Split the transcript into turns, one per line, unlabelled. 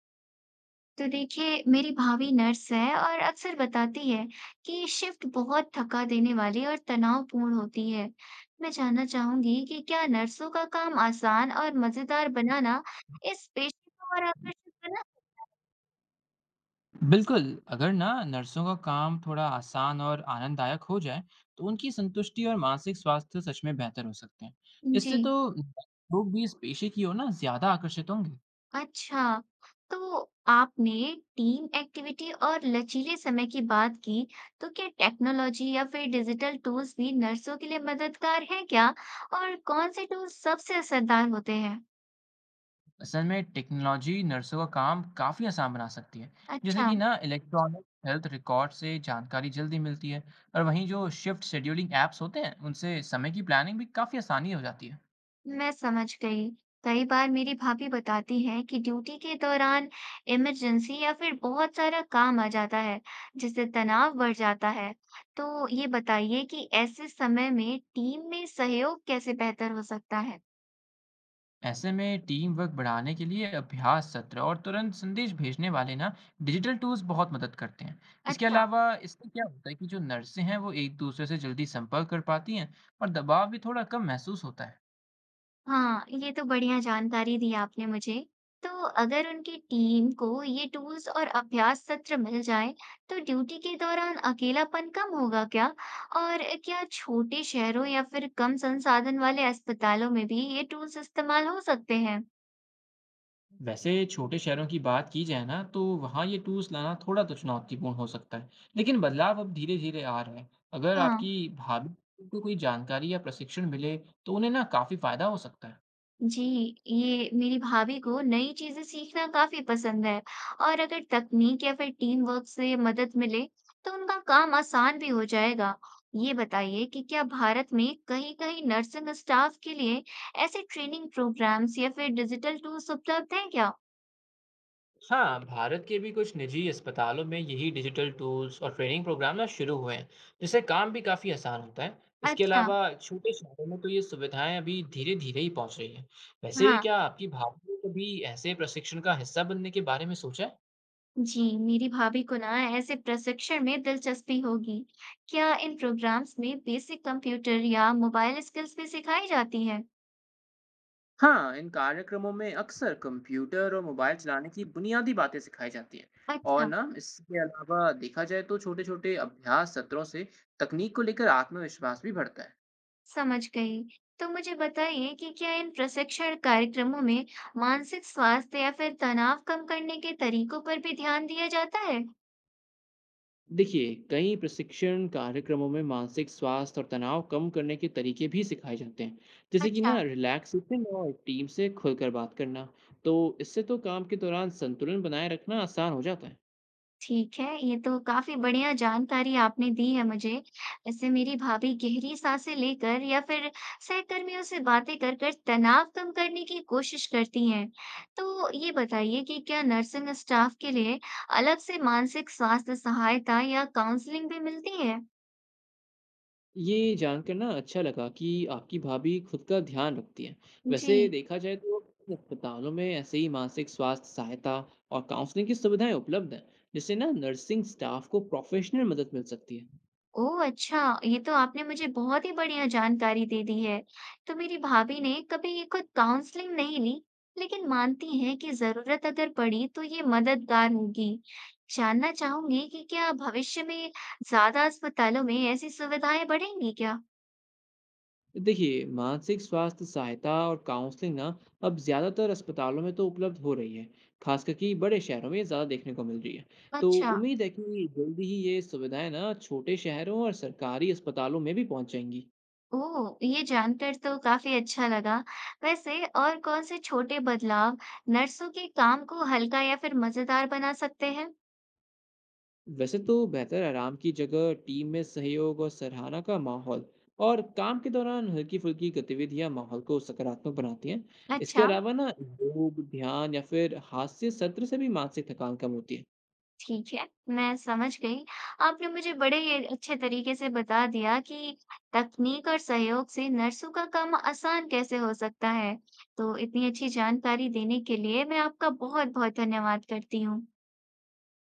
तो देखिए, मेरी भाभी नर्स है और अक्सर बताती है कि शिफ्ट बहुत थका देने वाली और तनावपूर्ण होती है। मैं जानना चाहूंगी कि क्या नर्सों का काम आसान और मजेदार बनाना इस पेशे को और आकर्षक बना?
बिल्कुल, अगर ना नर्सों का काम थोड़ा आसान और आनंददायक हो जाए, तो उनकी संतुष्टि और मानसिक स्वास्थ्य सच में बेहतर हो सकते हैं। इससे
जी।
तो लोग भी इस पेशे की ओर ना ज़्यादा आकर्षित होंगे।
अच्छा। तो आपने टीम एक्टिविटी और लचीले समय की बात की, तो क्या टेक्नोलॉजी या फिर डिजिटल टूल्स भी नर्सों के लिए मददगार है क्या? और कौन से टूल्स सबसे असरदार होते हैं?
असल में टेक्नोलॉजी नर्सों का काम काफ़ी आसान बना सकती है, जैसे
अच्छा।
कि ना इलेक्ट्रॉनिक हेल्थ रिकॉर्ड से जानकारी जल्दी मिलती है और वहीं जो शिफ्ट शेड्यूलिंग ऐप्स होते हैं, उनसे समय की प्लानिंग भी काफ़ी आसानी हो जाती है।
मैं समझ गई। कई बार मेरी भाभी बताती है कि ड्यूटी के दौरान इमरजेंसी या फिर बहुत सारा काम आ जाता है, जिससे तनाव बढ़ जाता है। तो ये बताइए कि ऐसे समय में टीम में सहयोग कैसे बेहतर हो सकता है?
ऐसे में टीम वर्क बढ़ाने के लिए अभ्यास सत्र और तुरंत संदेश भेजने वाले ना डिजिटल टूल्स बहुत मदद करते हैं। इसके
अच्छा।
अलावा इससे क्या होता है कि जो नर्सें हैं वो एक दूसरे से जल्दी संपर्क कर पाती हैं और दबाव भी थोड़ा कम महसूस होता है।
हाँ, ये तो बढ़िया जानकारी दी आपने मुझे। तो अगर उनकी टीम को ये टूल्स और अभ्यास सत्र मिल जाए, तो ड्यूटी के दौरान अकेलापन कम होगा क्या? और क्या छोटे शहरों या फिर कम संसाधन वाले अस्पतालों में भी ये टूल्स इस्तेमाल हो सकते हैं?
वैसे छोटे शहरों की बात की जाए ना तो वहाँ ये टूल्स लाना थोड़ा तो चुनौतीपूर्ण हो सकता है, लेकिन बदलाव अब धीरे धीरे आ रहा है। अगर
हाँ।
आपकी भाभी को कोई जानकारी या प्रशिक्षण मिले तो उन्हें ना काफी फायदा हो सकता है।
जी, ये मेरी भाभी को नई चीज़ें सीखना काफ़ी पसंद है और अगर तकनीक या फिर टीम वर्क से मदद मिले तो उनका काम आसान भी हो जाएगा। ये बताइए कि क्या भारत में कहीं-कहीं नर्सिंग स्टाफ के लिए ऐसे ट्रेनिंग प्रोग्राम्स या फिर डिजिटल टूल्स उपलब्ध हैं क्या?
हाँ, भारत के भी कुछ निजी अस्पतालों में यही डिजिटल टूल्स और ट्रेनिंग प्रोग्राम ना शुरू हुए हैं, जिससे काम भी काफ़ी आसान होता है। इसके
अच्छा।
अलावा छोटे शहरों में तो ये सुविधाएं अभी धीरे धीरे ही पहुंच रही हैं। वैसे
हाँ।
क्या आपकी भाभी ने कभी ऐसे प्रशिक्षण का हिस्सा बनने के बारे में सोचा है?
जी, मेरी भाभी को ना ऐसे प्रशिक्षण में दिलचस्पी होगी। क्या इन प्रोग्राम्स में बेसिक कंप्यूटर या मोबाइल स्किल्स भी सिखाई जाती है?
हाँ, इन कार्यक्रमों में अक्सर कंप्यूटर और मोबाइल चलाने की बुनियादी बातें सिखाई जाती हैं। और
अच्छा।
ना इसके अलावा देखा जाए तो छोटे छोटे अभ्यास सत्रों से तकनीक को लेकर आत्मविश्वास भी बढ़ता है।
समझ गई। तो मुझे बताइए कि क्या इन प्रशिक्षण कार्यक्रमों में मानसिक स्वास्थ्य या फिर तनाव कम करने के तरीकों पर भी ध्यान दिया जाता है?
देखिए, कई प्रशिक्षण कार्यक्रमों में मानसिक स्वास्थ्य और तनाव कम करने के तरीके भी सिखाए जाते हैं, जैसे कि
अच्छा।
ना रिलैक्सेशन और टीम से खुलकर बात करना। तो इससे तो काम के दौरान संतुलन बनाए रखना आसान हो जाता है।
ठीक है, ये तो काफी बढ़िया जानकारी आपने दी है मुझे। ऐसे मेरी भाभी गहरी सांसें लेकर या फिर सहकर्मियों से बातें कर कर तनाव कम करने की कोशिश करती हैं। तो ये बताइए कि क्या नर्सिंग स्टाफ के लिए अलग से मानसिक स्वास्थ्य सहायता या काउंसलिंग भी मिलती है?
ये जानकर ना अच्छा लगा कि आपकी भाभी खुद का ध्यान रखती है।
जी।
वैसे देखा जाए तो अस्पतालों में ऐसे ही मानसिक स्वास्थ्य सहायता और काउंसलिंग की सुविधाएं उपलब्ध हैं, जिससे ना नर्सिंग स्टाफ को प्रोफेशनल मदद मिल सकती है।
ओह! अच्छा, ये तो आपने मुझे बहुत ही बढ़िया जानकारी दे दी है। तो मेरी भाभी ने कभी ये खुद काउंसलिंग नहीं ली, लेकिन मानती हैं कि ज़रूरत अगर पड़ी तो ये मददगार होगी। जानना चाहूंगी कि क्या भविष्य में ज़्यादा अस्पतालों में ऐसी सुविधाएं बढ़ेंगी क्या?
देखिए, मानसिक स्वास्थ्य सहायता और काउंसलिंग ना अब ज़्यादातर अस्पतालों में तो उपलब्ध हो रही है, खासकर कि बड़े शहरों में ये ज़्यादा देखने को मिल रही है। तो
अच्छा।
उम्मीद है कि जल्दी ही ये सुविधाएं ना छोटे शहरों और सरकारी अस्पतालों में भी पहुंच जाएंगी।
ओह! ये जानकर तो काफ़ी अच्छा लगा। वैसे और कौन से छोटे बदलाव नर्सों के काम को हल्का या फिर मज़ेदार बना सकते हैं?
वैसे तो बेहतर आराम की जगह, टीम में सहयोग और सराहना का माहौल और काम के दौरान हल्की फुल्की गतिविधियां माहौल को सकारात्मक बनाती हैं। इसके
अच्छा।
अलावा ना योग, ध्यान या फिर हास्य सत्र से भी मानसिक थकान कम होती है।
ठीक है, मैं समझ गई। आपने मुझे बड़े अच्छे तरीके से बता दिया कि तकनीक और सहयोग से नर्सों का काम आसान कैसे हो सकता है। तो इतनी अच्छी जानकारी देने के लिए मैं आपका बहुत-बहुत धन्यवाद करती हूँ।